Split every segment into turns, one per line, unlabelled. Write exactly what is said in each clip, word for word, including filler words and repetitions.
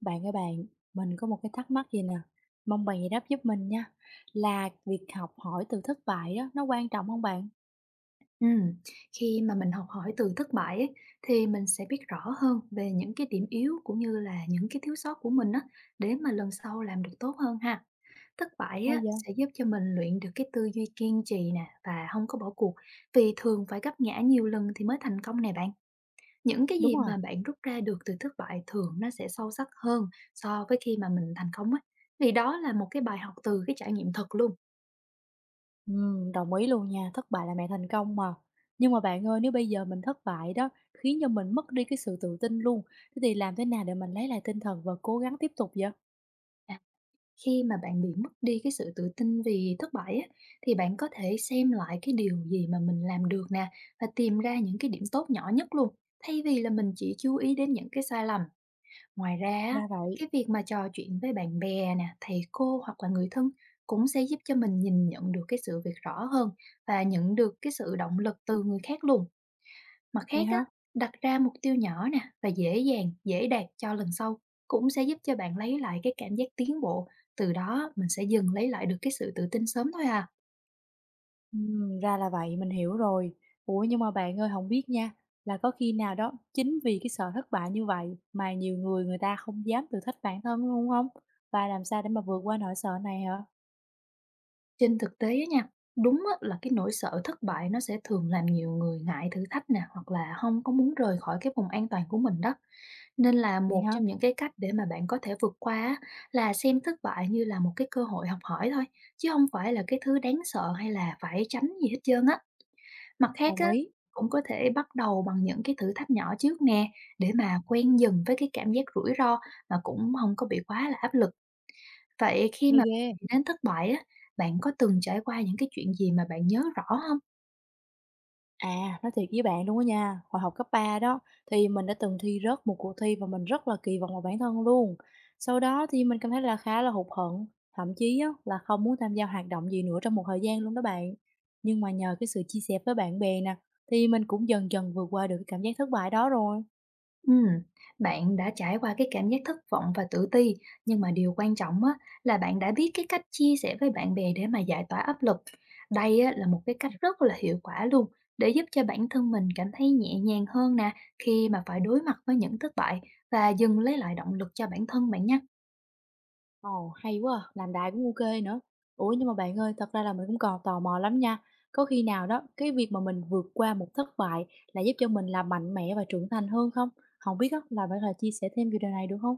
Bạn ơi bạn, mình có một cái thắc mắc gì nè, mong bạn giải đáp giúp mình nha. Là việc học hỏi từ thất bại đó, nó quan trọng không bạn?
Ừm, khi mà mình học hỏi từ thất bại ấy, thì mình sẽ biết rõ hơn về những cái điểm yếu cũng như là những cái thiếu sót của mình á, để mà lần sau làm được tốt hơn ha. Thất bại
Hay
á,
vậy?
sẽ giúp cho mình luyện được cái tư duy kiên trì nè và không có bỏ cuộc, vì thường phải gấp ngã nhiều lần thì mới thành công nè bạn. Những cái
Đúng
gì
rồi.
mà bạn rút ra được từ thất bại thường nó sẽ sâu sắc hơn so với khi mà mình thành công á. Vì đó là một cái bài học từ cái trải nghiệm thật luôn.
Ừm, đồng ý luôn nha, thất bại là mẹ thành công mà. Nhưng mà bạn ơi, nếu bây giờ mình thất bại đó, khiến cho mình mất đi cái sự tự tin luôn, thế thì làm thế nào để mình lấy lại tinh thần và cố gắng tiếp tục vậy?
À, khi mà bạn bị mất đi cái sự tự tin vì thất bại á, thì bạn có thể xem lại cái điều gì mà mình làm được nè, và tìm ra những cái điểm tốt nhỏ nhất luôn, thay vì là mình chỉ chú ý đến những cái sai lầm. Ngoài ra á,
Ra vậy,
cái việc mà trò chuyện với bạn bè nè, thầy cô hoặc là người thân cũng sẽ giúp cho mình nhìn nhận được cái sự việc rõ hơn và nhận được cái sự động lực từ người khác luôn. Mặt
vậy
khác á,
hả?
đặt ra mục tiêu nhỏ nè và dễ dàng, dễ đạt cho lần sau cũng sẽ giúp cho bạn lấy lại cái cảm giác tiến bộ, từ đó mình sẽ dần lấy lại được cái sự tự tin sớm thôi à.
Ừm, ra là vậy, mình hiểu rồi. Ủa, nhưng mà bạn ơi, không biết nha, là có khi nào đó chính vì cái sợ thất bại như vậy mà nhiều người người ta không dám thử thách bản thân luôn không? Và làm sao để mà vượt qua nỗi sợ này hả?
Trên thực tế á nha, đúng á, là cái nỗi sợ thất bại nó sẽ thường làm nhiều người ngại thử thách nè, hoặc là không có muốn rời khỏi cái vùng an toàn của mình đó. Nên là
Vậy
một
hả?
trong những cái cách để mà bạn có thể vượt qua á, là xem thất bại như là một cái cơ hội học hỏi thôi, chứ không phải là cái thứ đáng sợ hay là phải tránh gì hết trơn á. Mặt khác
Đồng
á,
ý,
cũng có thể bắt đầu bằng những cái thử thách nhỏ trước nè, để mà quen dần với cái cảm giác rủi ro mà cũng không có bị quá là áp lực. Vậy khi
hay
mà
ghê!
đến thất bại á, bạn có từng trải qua những cái chuyện gì mà bạn nhớ rõ không?
À, nói thiệt với bạn luôn á nha, hồi học cấp ba đó thì mình đã từng thi rớt một cuộc thi và mình rất là kỳ vọng vào bản thân luôn. Sau đó thì mình cảm thấy là khá là hụt hẫng, thậm chí á, là không muốn tham gia hoạt động gì nữa trong một thời gian luôn đó bạn. Nhưng mà nhờ cái sự chia sẻ với bạn bè nè, thì mình cũng dần dần vượt qua được cái cảm giác thất bại đó rồi.
Ừm, bạn đã trải qua cái cảm giác thất vọng và tự ti, nhưng mà điều quan trọng á, là bạn đã biết cái cách chia sẻ với bạn bè để mà giải tỏa áp lực. Đây á, là một cái cách rất là hiệu quả luôn để giúp cho bản thân mình cảm thấy nhẹ nhàng hơn nè, khi mà phải đối mặt với những thất bại và dừng lấy lại động lực cho bản thân bạn nhé.
Ồ, hay quá à, làm đại cũng ok nữa. Ủa, nhưng mà bạn ơi, thật ra là mình cũng còn tò mò lắm nha. Có khi nào đó, cái việc mà mình vượt qua một thất bại là giúp cho mình là mạnh mẽ và trưởng thành hơn không? Không biết á, là bạn có thể chia sẻ thêm về điều này được không?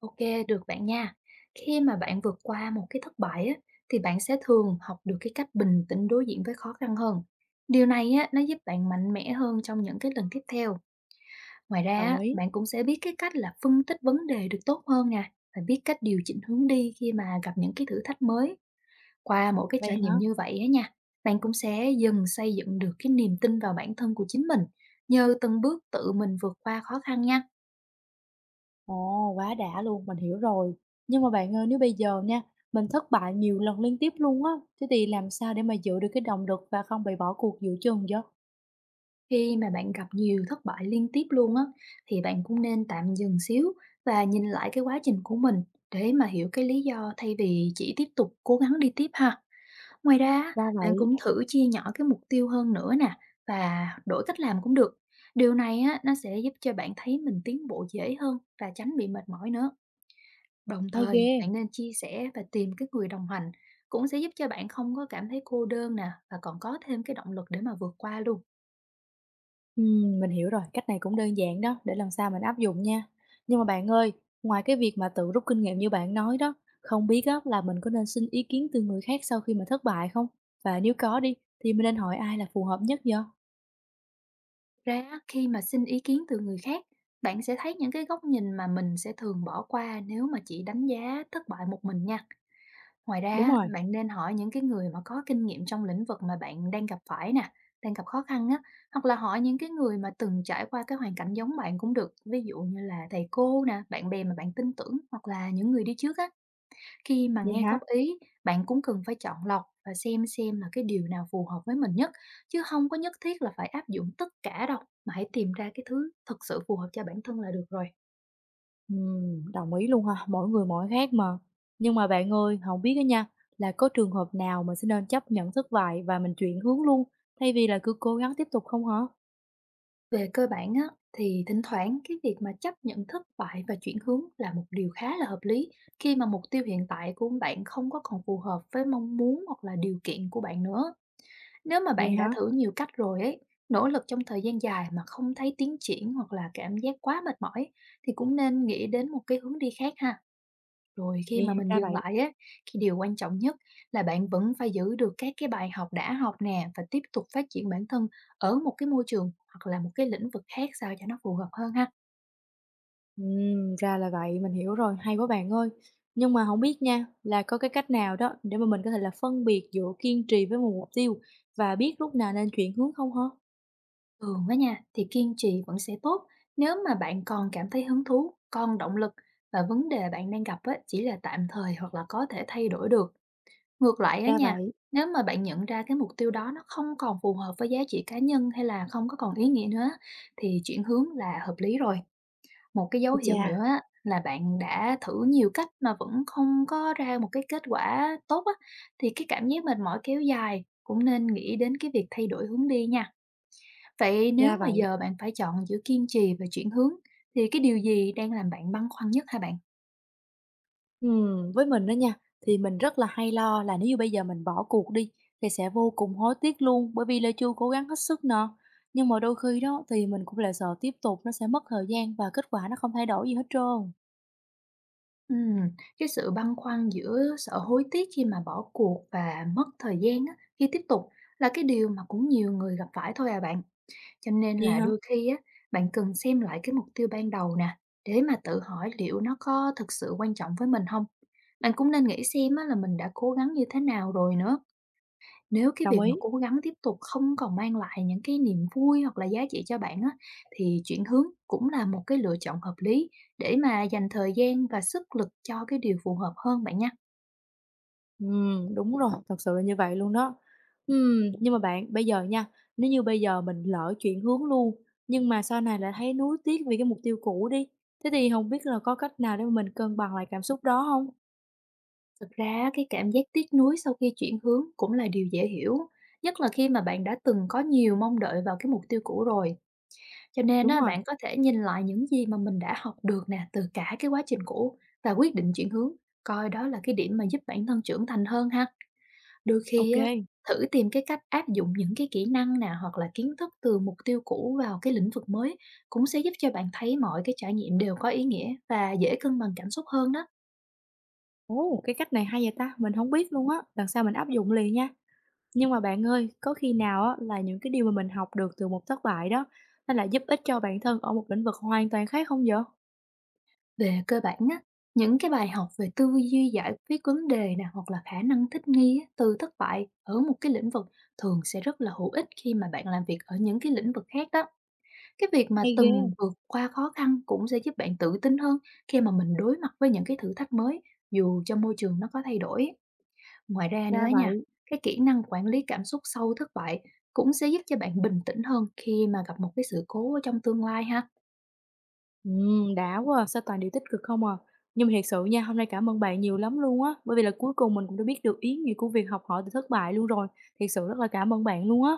Ok, được bạn nha. Khi mà bạn vượt qua một cái thất bại á, thì bạn sẽ thường học được cái cách bình tĩnh đối diện với khó khăn hơn. Điều này á, nó giúp bạn mạnh mẽ hơn trong những cái lần tiếp theo. Ngoài ra,
Đồng
á,
ý.
bạn cũng sẽ biết cái cách là phân tích vấn đề được tốt hơn nè, và biết cách điều chỉnh hướng đi khi mà gặp những cái thử thách mới. Qua mỗi cái
Vậy
trải
hả?
nghiệm như vậy á nha, bạn cũng sẽ dần xây dựng được cái niềm tin vào bản thân của chính mình, nhờ từng bước tự mình vượt qua khó khăn nha.
Ồ, quá đã luôn, mình hiểu rồi. Nhưng mà bạn ơi, nếu bây giờ nha, mình thất bại nhiều lần liên tiếp luôn á, thế thì làm sao để mà giữ được cái động lực và không bị bỏ cuộc giữa chừng vậy?
Khi mà bạn gặp nhiều thất bại liên tiếp luôn á, thì bạn cũng nên tạm dừng xíu và nhìn lại cái quá trình của mình để mà hiểu cái lý do, thay vì chỉ tiếp tục cố gắng đi tiếp ha. Ngoài ra á,
Ra
bạn
vậy,
cũng thử chia nhỏ cái mục tiêu hơn nữa nè và đổi cách làm cũng được. Điều này á, nó sẽ giúp cho bạn thấy mình tiến bộ dễ hơn và tránh bị mệt mỏi nữa. Đồng
hay
thời,
ghê.
bạn nên chia sẻ và tìm cái người đồng hành cũng sẽ giúp cho bạn không có cảm thấy cô đơn nè, và còn có thêm cái động lực để mà vượt qua luôn.
Ừm, mình hiểu rồi, cách này cũng đơn giản đó, để lần sau mình áp dụng nha. Nhưng mà bạn ơi, ngoài cái việc mà tự rút kinh nghiệm như bạn nói đó, không biết á, là mình có nên xin ý kiến từ người khác sau khi mà thất bại không? Và nếu có đi, thì mình nên hỏi ai là phù hợp nhất vậy?
Ra á, khi mà xin ý kiến từ người khác, bạn sẽ thấy những cái góc nhìn mà mình sẽ thường bỏ qua nếu mà chỉ đánh giá thất bại một mình nha. Ngoài ra
Đúng
á,
rồi,
bạn nên hỏi những cái người mà có kinh nghiệm trong lĩnh vực mà bạn đang gặp phải nè, đang gặp khó khăn á, hoặc là hỏi những cái người mà từng trải qua cái hoàn cảnh giống bạn cũng được, ví dụ như là thầy cô nè, bạn bè mà bạn tin tưởng hoặc là những người đi trước á. Khi mà
vậy
nghe
hả?
góp ý, bạn cũng cần phải chọn lọc và xem xem là cái điều nào phù hợp với mình nhất, chứ không có nhất thiết là phải áp dụng tất cả đâu, mà hãy tìm ra cái thứ thật sự phù hợp cho bản thân là được rồi.
Ừm, đồng ý luôn ha, mỗi người mỗi khác mà. Nhưng mà bạn ơi, không biết đó nha, là có trường hợp nào mình sẽ nên chấp nhận thất bại và mình chuyển hướng luôn, thay vì là cứ cố gắng tiếp tục không hả?
Về cơ bản á, thì thỉnh thoảng cái việc mà chấp nhận thất bại và chuyển hướng là một điều khá là hợp lý, khi mà mục tiêu hiện tại của bạn không có còn phù hợp với mong muốn hoặc là điều kiện của bạn nữa. Nếu mà
Vậy
bạn đã
hả?
thử nhiều cách rồi ấy, nỗ lực trong thời gian dài mà không thấy tiến triển hoặc là cảm giác quá mệt mỏi, thì cũng nên nghĩ đến một cái hướng đi khác ha. Rồi khi
Vậy
mà mình
ra
dừng
vậy.
lại á, cái điều quan trọng nhất là bạn vẫn phải giữ được các cái bài học đã học nè, và tiếp tục phát triển bản thân ở một cái môi trường hoặc là một cái lĩnh vực khác sao cho nó phù hợp hơn ha.
Ừm, ra là vậy, mình hiểu rồi, hay quá bạn ơi. Nhưng mà không biết nha, là có cái cách nào đó để mà mình có thể là phân biệt giữa kiên trì với một mục tiêu và biết lúc nào nên chuyển hướng không hả?
Thường á nha, thì kiên trì vẫn sẽ tốt nếu mà bạn còn cảm thấy hứng thú, còn động lực và vấn đề bạn đang gặp á, chỉ là tạm thời hoặc là có thể thay đổi được. Ngược lại á
Ra
nha,
vậy,
nếu mà bạn nhận ra cái mục tiêu đó nó không còn phù hợp với giá trị cá nhân hay là không có còn ý nghĩa nữa, thì chuyển hướng là hợp lý rồi. Một cái dấu
ui
hiệu
chà,
nữa á, là bạn đã thử nhiều cách mà vẫn không có ra một cái kết quả tốt á, thì cái cảm giác mệt mỏi kéo dài cũng nên nghĩ đến cái việc thay đổi hướng đi nha. Vậy nếu
ra
mà
vậy.
giờ bạn phải chọn giữa kiên trì và chuyển hướng, thì cái điều gì đang làm bạn băn khoăn nhất hả bạn?
Ừm, với mình đó nha, thì mình rất là hay lo là nếu như bây giờ mình bỏ cuộc đi thì sẽ vô cùng hối tiếc luôn, bởi vì là chưa cố gắng hết sức nè. Nhưng mà đôi khi đó thì mình cũng lại sợ tiếp tục nó sẽ mất thời gian và kết quả nó không thay đổi gì hết trơn.
Ừm, cái sự băn khoăn giữa sợ hối tiếc khi mà bỏ cuộc và mất thời gian á, khi tiếp tục là cái điều mà cũng nhiều người gặp phải thôi à bạn. Cho nên
Vậy
là
hả?
đôi khi á, bạn cần xem lại cái mục tiêu ban đầu nè, để mà tự hỏi liệu nó có thực sự quan trọng với mình không. Bạn cũng nên nghĩ xem á, là mình đã cố gắng như thế nào rồi nữa. Nếu cái
Đồng
việc mà
ý.
cố gắng tiếp tục không còn mang lại những cái niềm vui hoặc là giá trị cho bạn á, thì chuyển hướng cũng là một cái lựa chọn hợp lý, để mà dành thời gian và sức lực cho cái điều phù hợp hơn bạn nha.
Ừm, đúng rồi, thật sự là như vậy luôn đó. Ừm, nhưng mà bạn, bây giờ nha, nếu như bây giờ mình lỡ chuyển hướng luôn, nhưng mà sau này lại thấy nuối tiếc vì cái mục tiêu cũ đi, thế thì không biết là có cách nào để mà mình cân bằng lại cảm xúc đó không?
Thực ra cái cảm giác tiếc nuối sau khi chuyển hướng cũng là điều dễ hiểu, nhất là khi mà bạn đã từng có nhiều mong đợi vào cái mục tiêu cũ rồi. Cho nên
Đúng
á,
rồi,
bạn có thể nhìn lại những gì mà mình đã học được nè, từ cả cái quá trình cũ và quyết định chuyển hướng, coi đó là cái điểm mà giúp bản thân trưởng thành hơn ha. Đôi
ok
khi á,
kê.
thử tìm cái cách áp dụng những cái kỹ năng nè, hoặc là kiến thức từ mục tiêu cũ vào cái lĩnh vực mới cũng sẽ giúp cho bạn thấy mọi cái trải nghiệm đều có ý nghĩa và dễ cân bằng cảm xúc hơn đó.
Ồ, cái cách này hay vậy ta, mình không biết luôn á, lần sau mình áp dụng liền nha. Nhưng mà bạn ơi, có khi nào á là những cái điều mà mình học được từ một thất bại đó, nó lại giúp ích cho bản thân ở một lĩnh vực hoàn toàn khác không vậy?
Về cơ bản á, những cái bài học về tư duy giải quyết vấn đề nè, hoặc là khả năng thích nghi á, từ thất bại ở một cái lĩnh vực thường sẽ rất là hữu ích khi mà bạn làm việc ở những cái lĩnh vực khác đó. Cái việc mà
Hay ghê,
từng vượt qua khó khăn cũng sẽ giúp bạn tự tin hơn khi mà mình đối mặt với những cái thử thách mới, dù cho môi trường nó có thay đổi. Ngoài ra nữa
ra
nha,
vậy.
cái kỹ năng quản lý cảm xúc sau thất bại cũng sẽ giúp cho bạn bình tĩnh hơn khi mà gặp một cái sự cố ở trong tương lai ha.
Ừm, đã quá à, sao toàn điều tích cực không à. Nhưng mà thiệt sự nha, hôm nay cảm ơn bạn nhiều lắm luôn á, bởi vì là cuối cùng mình cũng đã biết được ý nghĩa của việc học hỏi từ thất bại luôn rồi. Thiệt sự rất là cảm ơn bạn luôn á.